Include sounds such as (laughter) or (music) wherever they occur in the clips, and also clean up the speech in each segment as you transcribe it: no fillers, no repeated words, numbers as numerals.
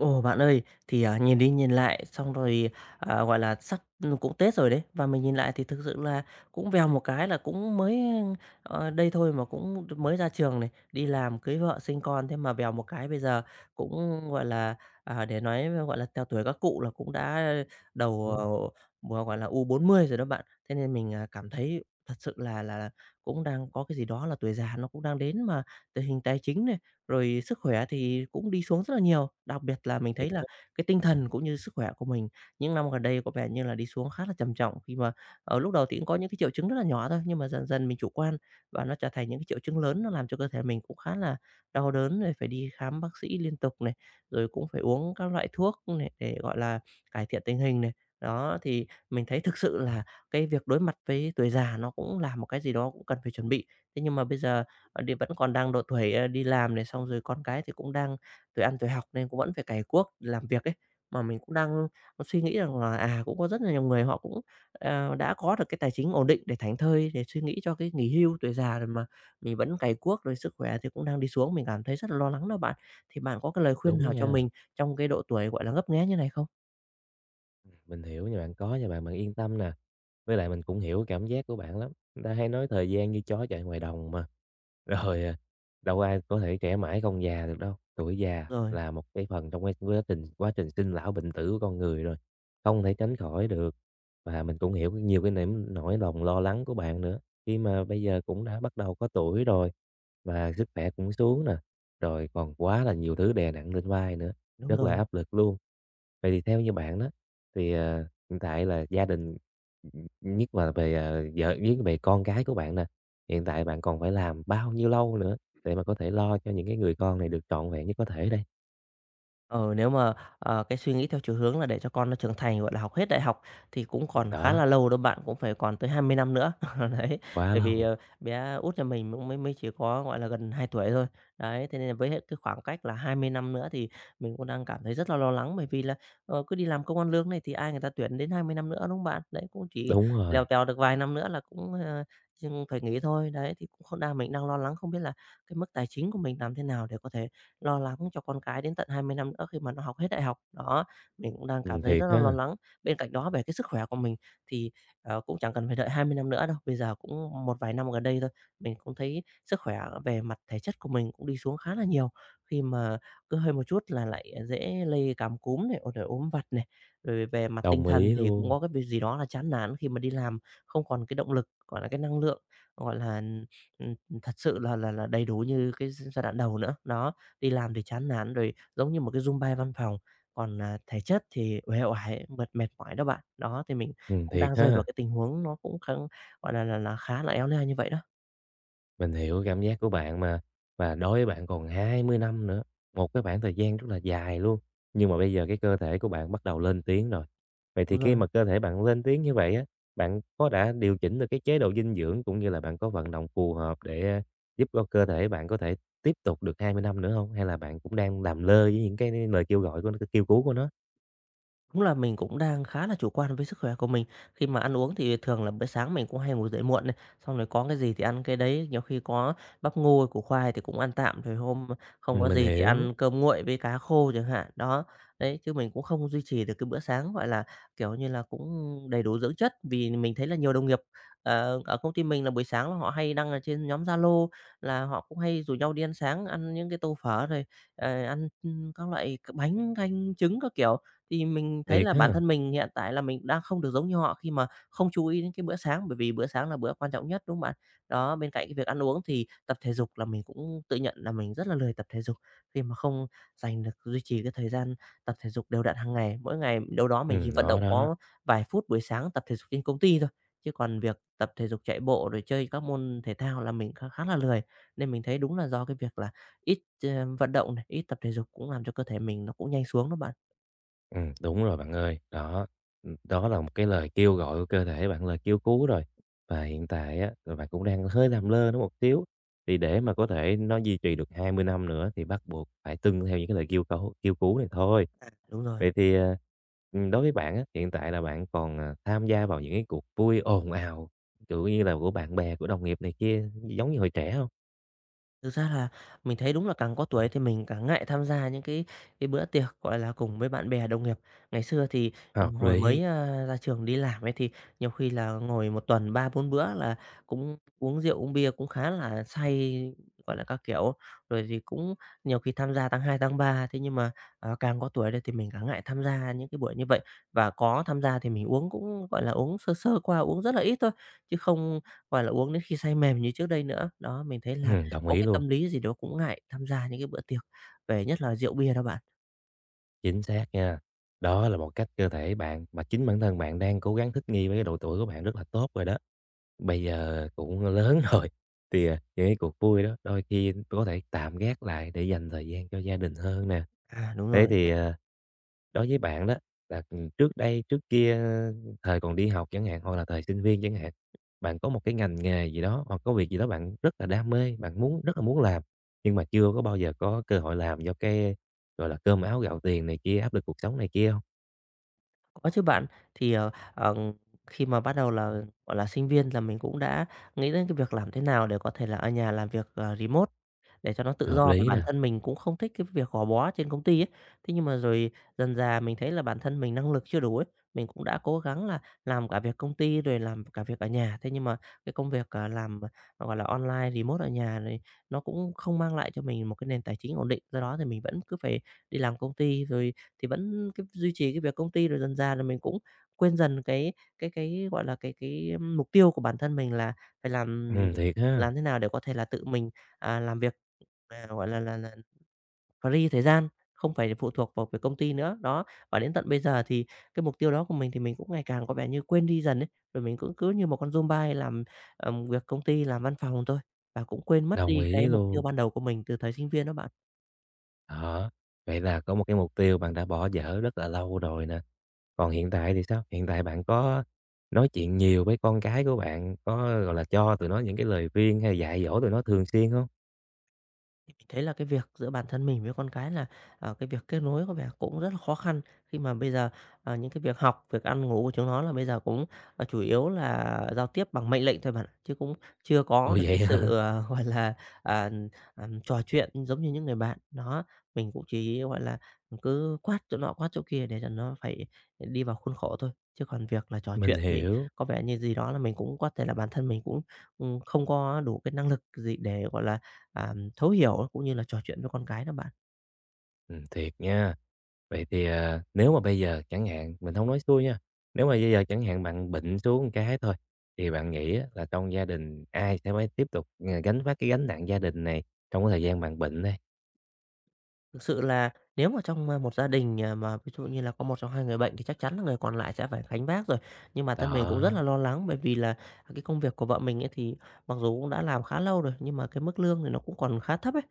Ồ, bạn ơi, nhìn đi nhìn lại xong rồi, gọi là, sắp cũng Tết rồi đấy, và mình nhìn lại thì thực sự là cũng vèo một cái là cũng mới, đây thôi mà cũng mới ra trường này, đi làm, cưới vợ, sinh con, thế mà vèo một cái bây giờ cũng, gọi là, để nói, gọi là, theo tuổi các cụ là cũng đã Đúng, đầu, gọi là, u 40 rồi đó bạn. Thế nên mình, cảm thấy thật sự là cũng đang có cái gì đó là tuổi già nó cũng đang đến, mà tình hình tài chính này, rồi sức khỏe thì cũng đi xuống rất là nhiều. Đặc biệt là mình thiệt thấy là á, cái tinh thần cũng như sức khỏe của mình những năm gần đây có vẻ như là đi xuống khá là trầm trọng khi mà ở lúc đầu thì cũng có những cái triệu chứng rất là nhỏ thôi, nhưng mà dần dần mình chủ quan và nó trở thành những cái triệu chứng lớn, nó làm cho cơ thể mình cũng khá là đau đớn rồi phải đi khám bác sĩ liên tục này, rồi cũng phải uống các loại thuốc này để, gọi là, cải thiện tình hình này. Đó, thì mình thấy thực sự là cái việc đối mặt với tuổi già nó cũng là một cái gì đó cũng cần phải chuẩn bị. Thế nhưng mà bây giờ thì vẫn còn đang độ tuổi, đi làm này, xong rồi con cái thì cũng đang tuổi ăn tuổi học nên cũng vẫn phải cày cuốc làm việc ấy. Mà mình cũng đang suy nghĩ rằng là, cũng có rất là nhiều người họ cũng, đã có được cái tài chính ổn định để thảnh thơi, để suy nghĩ cho cái nghỉ hưu tuổi già rồi mà mình vẫn cày cuốc, rồi sức khỏe thì cũng đang đi xuống, mình cảm thấy rất là lo lắng đó bạn. Thì bạn có cái lời khuyên đúng nào cho nha. mình trong cái độ tuổi, gọi là, ngấp nghé như này không? Mình hiểu nha, bạn có nha bạn, bạn yên tâm nè. Với lại mình cũng hiểu cảm giác của bạn lắm, người ta hay nói thời gian như chó chạy ngoài đồng mà. (laughs) Rồi, đâu ai có thể trẻ mãi không già được đâu, tuổi già Rồi, là một cái phần trong cái quá trình sinh lão bệnh tử của con người rồi, không thể tránh khỏi được. Và mình cũng hiểu nhiều cái nỗi nỗi lòng lo lắng của bạn nữa, khi mà bây giờ cũng đã bắt đầu có tuổi rồi, và sức khỏe cũng xuống nè, rồi còn quá là nhiều thứ đè nặng lên vai nữa, đúng rất là rồi. áp lực luôn. Vậy thì theo như bạn đó, thì, à hiện tại là gia đình, nhất là về, ờ, vợ với về con cái của bạn nè, hiện tại bạn còn phải làm bao nhiêu lâu nữa để mà có thể lo cho những cái người con này được trọn vẹn nhất có thể đây? Ờ, nếu mà, cái suy nghĩ theo chiều hướng là để cho con nó trưởng thành, gọi là, học hết đại học thì cũng còn khá Đó, là lâu đâu bạn, cũng phải còn tới 20 năm nữa. (laughs) Đấy, quá bởi vì, lâu, bé út nhà mình cũng mới mới chỉ có, gọi là, gần 2 tuổi thôi. Đấy, thế nên là với hết cái khoảng cách là 20 năm nữa thì mình cũng đang cảm thấy rất là lo lắng, bởi vì là, cứ đi làm công ăn lương này thì ai người ta tuyển đến 20 năm nữa, đúng không bạn? Đấy, cũng chỉ đúng lèo rồi, tèo được vài năm nữa là cũng, ờ, ch phải nghỉ thôi. Đấy, thì cũng không đang mình đang lo lắng không biết là cái mức tài chính của mình làm thế nào để có thể lo lắng cho con cái đến tận 20 năm nữa khi mà nó học hết đại học. Đó, mình cũng đang cảm thấy thiệt rất là lo ha, lắng. Bên cạnh đó về cái sức khỏe của mình thì, cũng chẳng cần phải đợi 20 năm nữa đâu, bây giờ cũng một vài năm gần đây thôi, mình cũng thấy sức khỏe về mặt thể chất của mình cũng đi xuống khá là nhiều. Khi mà cứ hơi một chút là lại dễ lây cảm cúm này, rồi ốm vặt này, rồi về mặt tinh đồng thần ý thì cũng luôn, có cái việc gì đó là chán nản khi mà đi làm, không còn cái động lực, gọi là, cái năng lượng, gọi là, ừm, thật sự là đầy đủ như cái giai đoạn đầu nữa. Đó, đi làm thì chán nản rồi giống như một cái zoom bay văn phòng, còn, thể chất thì uể oải, mệt mệt mỏi đó bạn. Đó, thì mình cũng thiệt đang rơi vào ha. cái tình huống nó cũng khá, gọi là, khá là éo le như vậy đó. Mình hiểu cảm giác của bạn mà. Và đối với bạn còn 20 năm nữa, một cái khoảng thời gian rất là dài luôn. Nhưng mà bây giờ cái cơ thể của bạn bắt đầu lên tiếng rồi. Vậy thì Đúng khi rồi. mà cơ thể bạn lên tiếng như vậy á, bạn có đã điều chỉnh được cái chế độ dinh dưỡng cũng như là bạn có vận động phù hợp để giúp cho cơ thể bạn có thể tiếp tục được 20 năm nữa không? Hay là bạn cũng đang làm lơ với những cái lời kêu gọi của nó, cái kêu cứu của nó? Đúng là mình cũng đang khá là chủ quan với sức khỏe của mình. Khi mà ăn uống thì thường là bữa sáng mình cũng hay ngủ dậy muộn này, xong rồi có cái gì thì ăn cái đấy, nhiều khi có bắp ngô, củ khoai thì cũng ăn tạm, rồi hôm không có Mình gì thì hiểu, ăn cơm nguội với cá khô chẳng hạn. Đó, đấy, chứ mình cũng không duy trì được cái bữa sáng, gọi là, kiểu như là, cũng đầy đủ dưỡng chất. Vì mình thấy là nhiều đồng nghiệp, ở công ty mình là buổi sáng là họ hay đăng ở trên nhóm Zalo là họ cũng hay rủ nhau đi ăn sáng, ăn những cái tô phở rồi, ăn, các loại bánh canh trứng các kiểu. Thì mình thấy thiệt là bản ha. thân mình hiện tại là mình đang không được giống như họ khi mà không chú ý đến cái bữa sáng, bởi vì bữa sáng là bữa quan trọng nhất, đúng không bạn? Đó, bên cạnh cái việc ăn uống thì tập thể dục là mình cũng tự nhận là mình rất là lười tập thể dục, khi mà không dành được duy trì cái thời gian tập thể dục đều đặn hàng ngày. Mỗi ngày đâu đó mình chỉ vận Đó, động đó. có vài phút buổi sáng tập thể dục trên công ty thôi, chứ còn việc tập thể dục chạy bộ rồi chơi các môn thể thao là mình khá khá là lười. Nên mình thấy đúng là do cái việc là ít, vận động này, ít tập thể dục cũng làm cho cơ thể mình nó cũng nhanh xuống đó bạn. Đúng rồi bạn ơi. Đó, đó là một cái lời kêu gọi của cơ thể bạn, lời kêu cứu rồi. Và hiện tại á, là bạn cũng đang hơi làm lơ nó một xíu, thì để mà có thể nó duy trì được 20 năm nữa thì bắt buộc phải tuân theo những cái lời kêu cứu này thôi. Đúng rồi. Vậy thì, đối với bạn á, hiện tại là bạn còn, tham gia vào những cái cuộc vui ồn ào, kiểu như là, của bạn bè, của đồng nghiệp này kia, giống như hồi trẻ không? Thực ra là mình thấy đúng là càng có tuổi thì mình càng ngại tham gia những cái bữa tiệc, gọi là, cùng với bạn bè, đồng nghiệp. Ngày xưa thì, Hợp hồi lý. mới, ra trường đi làm ấy, thì nhiều khi là ngồi một tuần ba bốn bữa là cũng uống rượu, uống bia cũng khá là say, gọi là, các kiểu. Rồi thì cũng nhiều khi tham gia tháng 2 tháng 3 thế nhưng mà, càng có tuổi đây thì mình càng ngại tham gia những cái buổi như vậy. Và có tham gia thì mình uống cũng, gọi là, uống sơ sơ qua, uống rất là ít thôi, chứ không, gọi là, uống đến khi say mềm như trước đây nữa. Đó, mình thấy là Đồng có ý cái luôn. tâm lý gì đó cũng ngại tham gia những cái bữa tiệc về nhất là rượu bia đó bạn. Chính xác nha. Đó là một cách cơ thể bạn mà chính bản thân bạn đang cố gắng thích nghi với cái độ tuổi của bạn rất là tốt rồi đó. Bây giờ cũng lớn (laughs) rồi, thì, những cái cuộc vui đó đôi khi có thể tạm gác lại để dành thời gian cho gia đình hơn nè. À, đúng Thế rồi. thì, đối với bạn đó là, trước đây, trước kia, thời còn đi học chẳng hạn, hoặc là thời sinh viên chẳng hạn, bạn có một cái ngành nghề gì đó hoặc có việc gì đó bạn rất là đam mê, bạn muốn rất là muốn làm, nhưng mà chưa có bao giờ có cơ hội làm do cái, gọi là, cơm áo gạo tiền này kia, áp lực cuộc sống này kia không? Có chứ bạn, thì, khi mà bắt đầu là, gọi là, sinh viên là mình cũng đã nghĩ đến cái việc làm thế nào để có thể là ở nhà làm việc, remote để cho nó tự Hợp do, vì lý bản nè, thân mình cũng không thích cái việc gò bó trên công ty ấy. Thế nhưng mà rồi dần dà mình thấy là bản thân mình năng lực chưa đủ ấy, mình cũng đã cố gắng là làm cả việc công ty rồi làm cả việc ở nhà. Thế nhưng mà cái công việc, làm, gọi là, online remote ở nhà này nó cũng không mang lại cho mình một cái nền tài chính ổn định, do đó thì mình vẫn cứ phải đi làm công ty rồi thì vẫn cái duy trì cái việc công ty, rồi dần dà là mình cũng quên dần cái, gọi là, cái mục tiêu của bản thân mình là phải thiệt ha, làm thế nào để có thể là tự mình, làm việc, gọi là, free thời gian, không phải phụ thuộc vào việc công ty nữa. Đó, và đến tận bây giờ thì cái mục tiêu đó của mình thì mình cũng ngày càng có vẻ như quên đi dần ấy, rồi mình cũng cứ như một con zombie làm, việc công ty, làm văn phòng thôi, và cũng quên mất đồng đi cái ý mục tiêu luôn. ban đầu của mình từ thời sinh viên đó bạn. Đó, vậy là có một cái mục tiêu bạn đã bỏ dở rất là lâu rồi nè. Còn hiện tại thì sao? Hiện tại bạn có nói chuyện nhiều với con cái của bạn, có, gọi là, cho tụi nó những cái lời khuyên hay dạy dỗ tụi nó thường xuyên không? Thì mình thấy là cái việc giữa bản thân mình với con cái là, cái việc kết nối có vẻ cũng rất là khó khăn khi mà bây giờ, những cái việc học, việc ăn ngủ của chúng nó là bây giờ cũng, chủ yếu là giao tiếp bằng mệnh lệnh thôi bạn ạ, chứ cũng chưa có Ồ, được vậy cái sự, hả? (laughs) Gọi là, à, trò chuyện giống như những người bạn. Đó, mình cũng chỉ, gọi là, cứ quát chỗ nọ quát chỗ kia để cho nó phải đi vào khuôn khổ thôi, chứ còn việc là (laughs) trò Mình chuyện thì hiểu. có vẻ như gì đó là mình cũng có thể là bản thân mình cũng, không có đủ cái năng lực gì để, gọi là, thấu hiểu cũng như là trò chuyện với con cái đó bạn. Thiệt nha. Vậy thì, nếu mà bây giờ chẳng hạn, mình không nói xui nha, nếu mà bây giờ chẳng hạn bạn bệnh xuống một cái thôi, thì bạn nghĩ á là trong gia đình ai sẽ phải tiếp tục, gánh vác cái gánh nặng gia đình này trong cái thời gian bạn bệnh đây? Thực sự là nếu mà trong, một gia đình, mà ví dụ như là có một trong hai người bệnh thì chắc chắn là người còn lại sẽ phải gánh vác rồi. Nhưng bản thân mình cũng rất Đó, là lo lắng bởi vì là cái công việc của vợ mình ấy thì mặc dù cũng đã làm khá lâu rồi, nhưng mà cái mức lương thì nó cũng còn khá thấp ấy.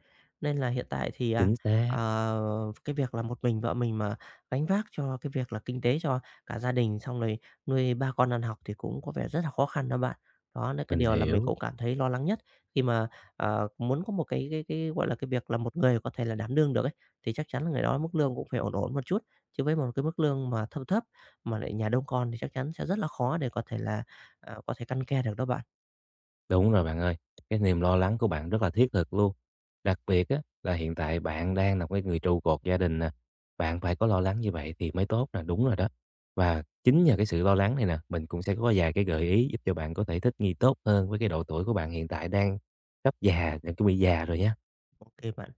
Nên là hiện tại thì, chính xác, cái việc là một mình vợ mình mà gánh vác cho cái việc là kinh tế cho cả gia đình, xong rồi nuôi 3 con ăn học thì cũng có vẻ rất là khó khăn đó bạn. Đó là cái mình điều là mình hiểu. cũng cảm thấy lo lắng nhất khi mà, muốn có một cái, gọi là, cái việc là một người có thể là đảm đương được ấy thì chắc chắn là người đó mức lương cũng phải ổn ổn một chút. Chứ với một cái mức lương mà thấp thấp mà lại nhà đông con thì chắc chắn sẽ rất là khó để có thể là, có thể căn ke được đó bạn. Đúng rồi bạn ơi, cái niềm lo lắng của bạn rất là thiết thực luôn. Đặc biệt á, là hiện tại bạn đang là cái người trụ cột gia đình nè, bạn phải có lo lắng như vậy thì mới tốt nè, đúng rồi đó. Và chính nhờ cái sự lo lắng này nè, mình cũng sẽ có vài cái gợi ý giúp cho bạn có thể thích nghi tốt hơn với cái độ tuổi của bạn hiện tại đang sắp già, đang chuẩn bị già rồi nha. OK bạn.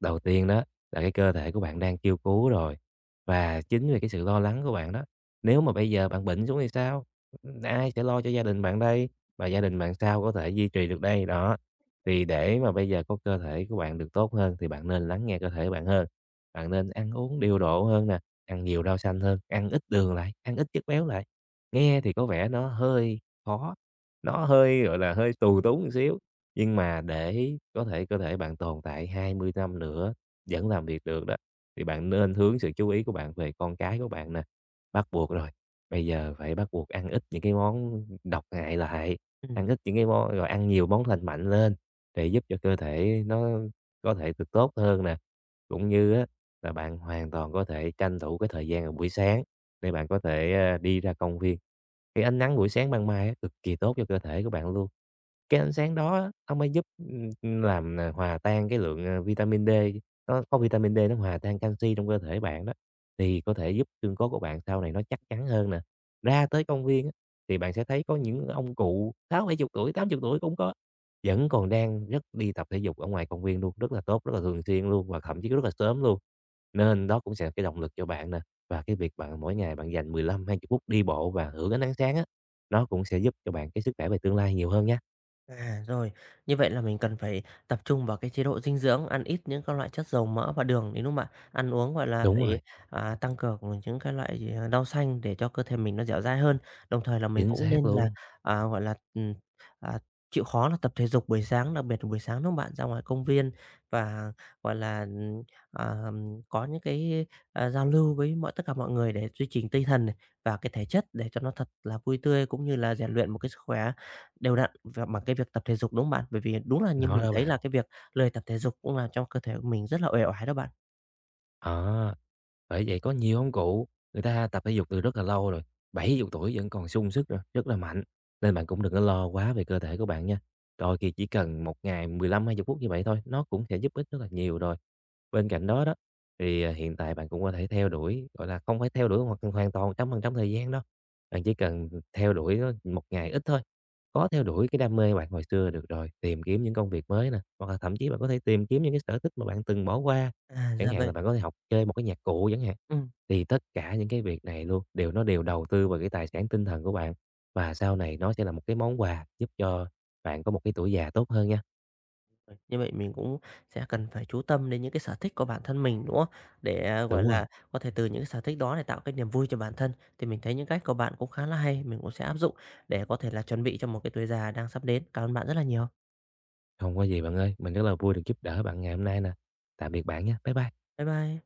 Đầu tiên đó là cái cơ thể của bạn đang kêu cứu rồi, và chính vì cái sự lo lắng của bạn đó, nếu mà bây giờ bạn bệnh xuống thì sao? Ai sẽ lo cho gia đình bạn đây? Và gia đình bạn sao có thể duy trì được đây? Đó, thì để mà bây giờ có cơ thể của bạn được tốt hơn thì bạn nên lắng nghe cơ thể của bạn hơn. Bạn nên ăn uống điều độ hơn nè, ăn nhiều rau xanh hơn, ăn ít đường lại, ăn ít chất béo lại. Nghe thì có vẻ nó hơi khó, nó hơi, gọi là, hơi tù túng một xíu, nhưng mà để có thể cơ thể bạn tồn tại 20 năm nữa, vẫn làm việc được đó, thì bạn nên hướng sự chú ý của bạn về con cái của bạn nè. Bắt buộc rồi, bây giờ phải bắt buộc ăn ít những cái món độc hại lại, Ừm. ăn ít những cái món rồi ăn nhiều món lành mạnh lên để giúp cho cơ thể nó có thể được tốt hơn nè. Cũng như á là bạn hoàn toàn có thể tranh thủ cái thời gian vào buổi sáng để bạn có thể, đi ra công viên. Cái ánh nắng buổi sáng ban mai á cực kỳ tốt cho cơ thể của bạn luôn. Cái ánh sáng đó nó mới giúp, làm, hòa tan cái lượng, vitamin D, nó có vitamin D nó hòa tan canxi trong cơ thể bạn đó, thì có thể giúp xương cốt của bạn sau này nó chắc chắn hơn nè. Ra tới công viên á, thì bạn sẽ thấy có những ông cụ 60, chục tuổi, 80 tuổi cũng có, vẫn còn đang rất đi tập thể dục ở ngoài công viên luôn, rất là tốt, rất là thường xuyên luôn và thậm chí rất là sớm luôn. Nên đó cũng sẽ là cái động lực cho bạn nè, và cái việc bạn mỗi ngày bạn dành 15 hai 20 phút đi bộ và hưởng ánh nắng sáng á, nó cũng sẽ giúp cho bạn cái sức khỏe về tương lai nhiều hơn nha. À, rồi, như vậy là mình cần phải tập trung vào cái chế độ dinh dưỡng, ăn ít những các loại chất dầu mỡ và đường, đúng lúc bạn? Ăn uống, gọi là, Đúng phải, rồi, tăng cường những cái loại gì, rau xanh để cho cơ thể mình nó dẻo dai hơn. Đồng thời là mình chính cũng xác nên là, luôn, gọi là, à, chịu khó là tập thể dục buổi sáng, đặc biệt là buổi sáng, lúc bạn? Ra ngoài công viên và, gọi là, à, có những cái, giao lưu với tất cả mọi người để duy trì tinh thần này và cái thể chất để cho nó thật là vui tươi cũng như là rèn luyện một cái sức khỏe đều đặn và bằng cái việc tập thể dục, đúng không bạn? Bởi vì đúng là như nó mình đó thấy bạn. là cái việc lười tập thể dục cũng làm cho cơ thể của mình rất là uể oải đó bạn. Đó, bởi vậy có nhiều ông cụ, người ta tập thể dục từ rất là lâu rồi, 70 tuổi vẫn còn sung sức rồi, rất là mạnh. Nên bạn cũng đừng có lo quá về cơ thể của bạn nha. Đôi khi chỉ cần một ngày 15-20 phút như vậy thôi, nó cũng sẽ giúp ích rất là nhiều rồi. Bên cạnh đó đó, thì, hiện tại bạn cũng có thể theo đuổi, gọi là, không phải theo đuổi hoàn hoàn toàn 100% thời gian đâu. Bạn chỉ cần theo đuổi nó một ngày ít thôi, có theo đuổi cái đam mê bạn hồi xưa được rồi, tìm kiếm những công việc mới nè, hoặc là thậm chí bạn có thể tìm kiếm những cái sở thích mà bạn từng bỏ qua. À, Chẳng ra hạn vậy. là bạn có thể học chơi một cái nhạc cụ chẳng hạn. Ừm, Thì tất cả những cái việc này luôn đều nó đều đầu tư vào cái tài sản tinh thần của bạn và sau này nó sẽ là một cái món quà giúp cho bạn có một cái tuổi già tốt hơn nha. như vậy mình cũng sẽ cần phải chú tâm đến những cái sở thích của bản thân mình, đúng không? Để, gọi Đúng rồi, là, có thể từ những cái sở thích đó để tạo cái niềm vui cho bản thân. Thì mình thấy những cách của bạn cũng khá là hay, mình cũng sẽ áp dụng để có thể là chuẩn bị cho một cái tuổi già đang sắp đến. Cảm ơn bạn rất là nhiều. không có gì bạn ơi, mình rất là vui được giúp đỡ bạn ngày hôm nay nè. Tạm biệt bạn nha. Bye bye. Bye bye.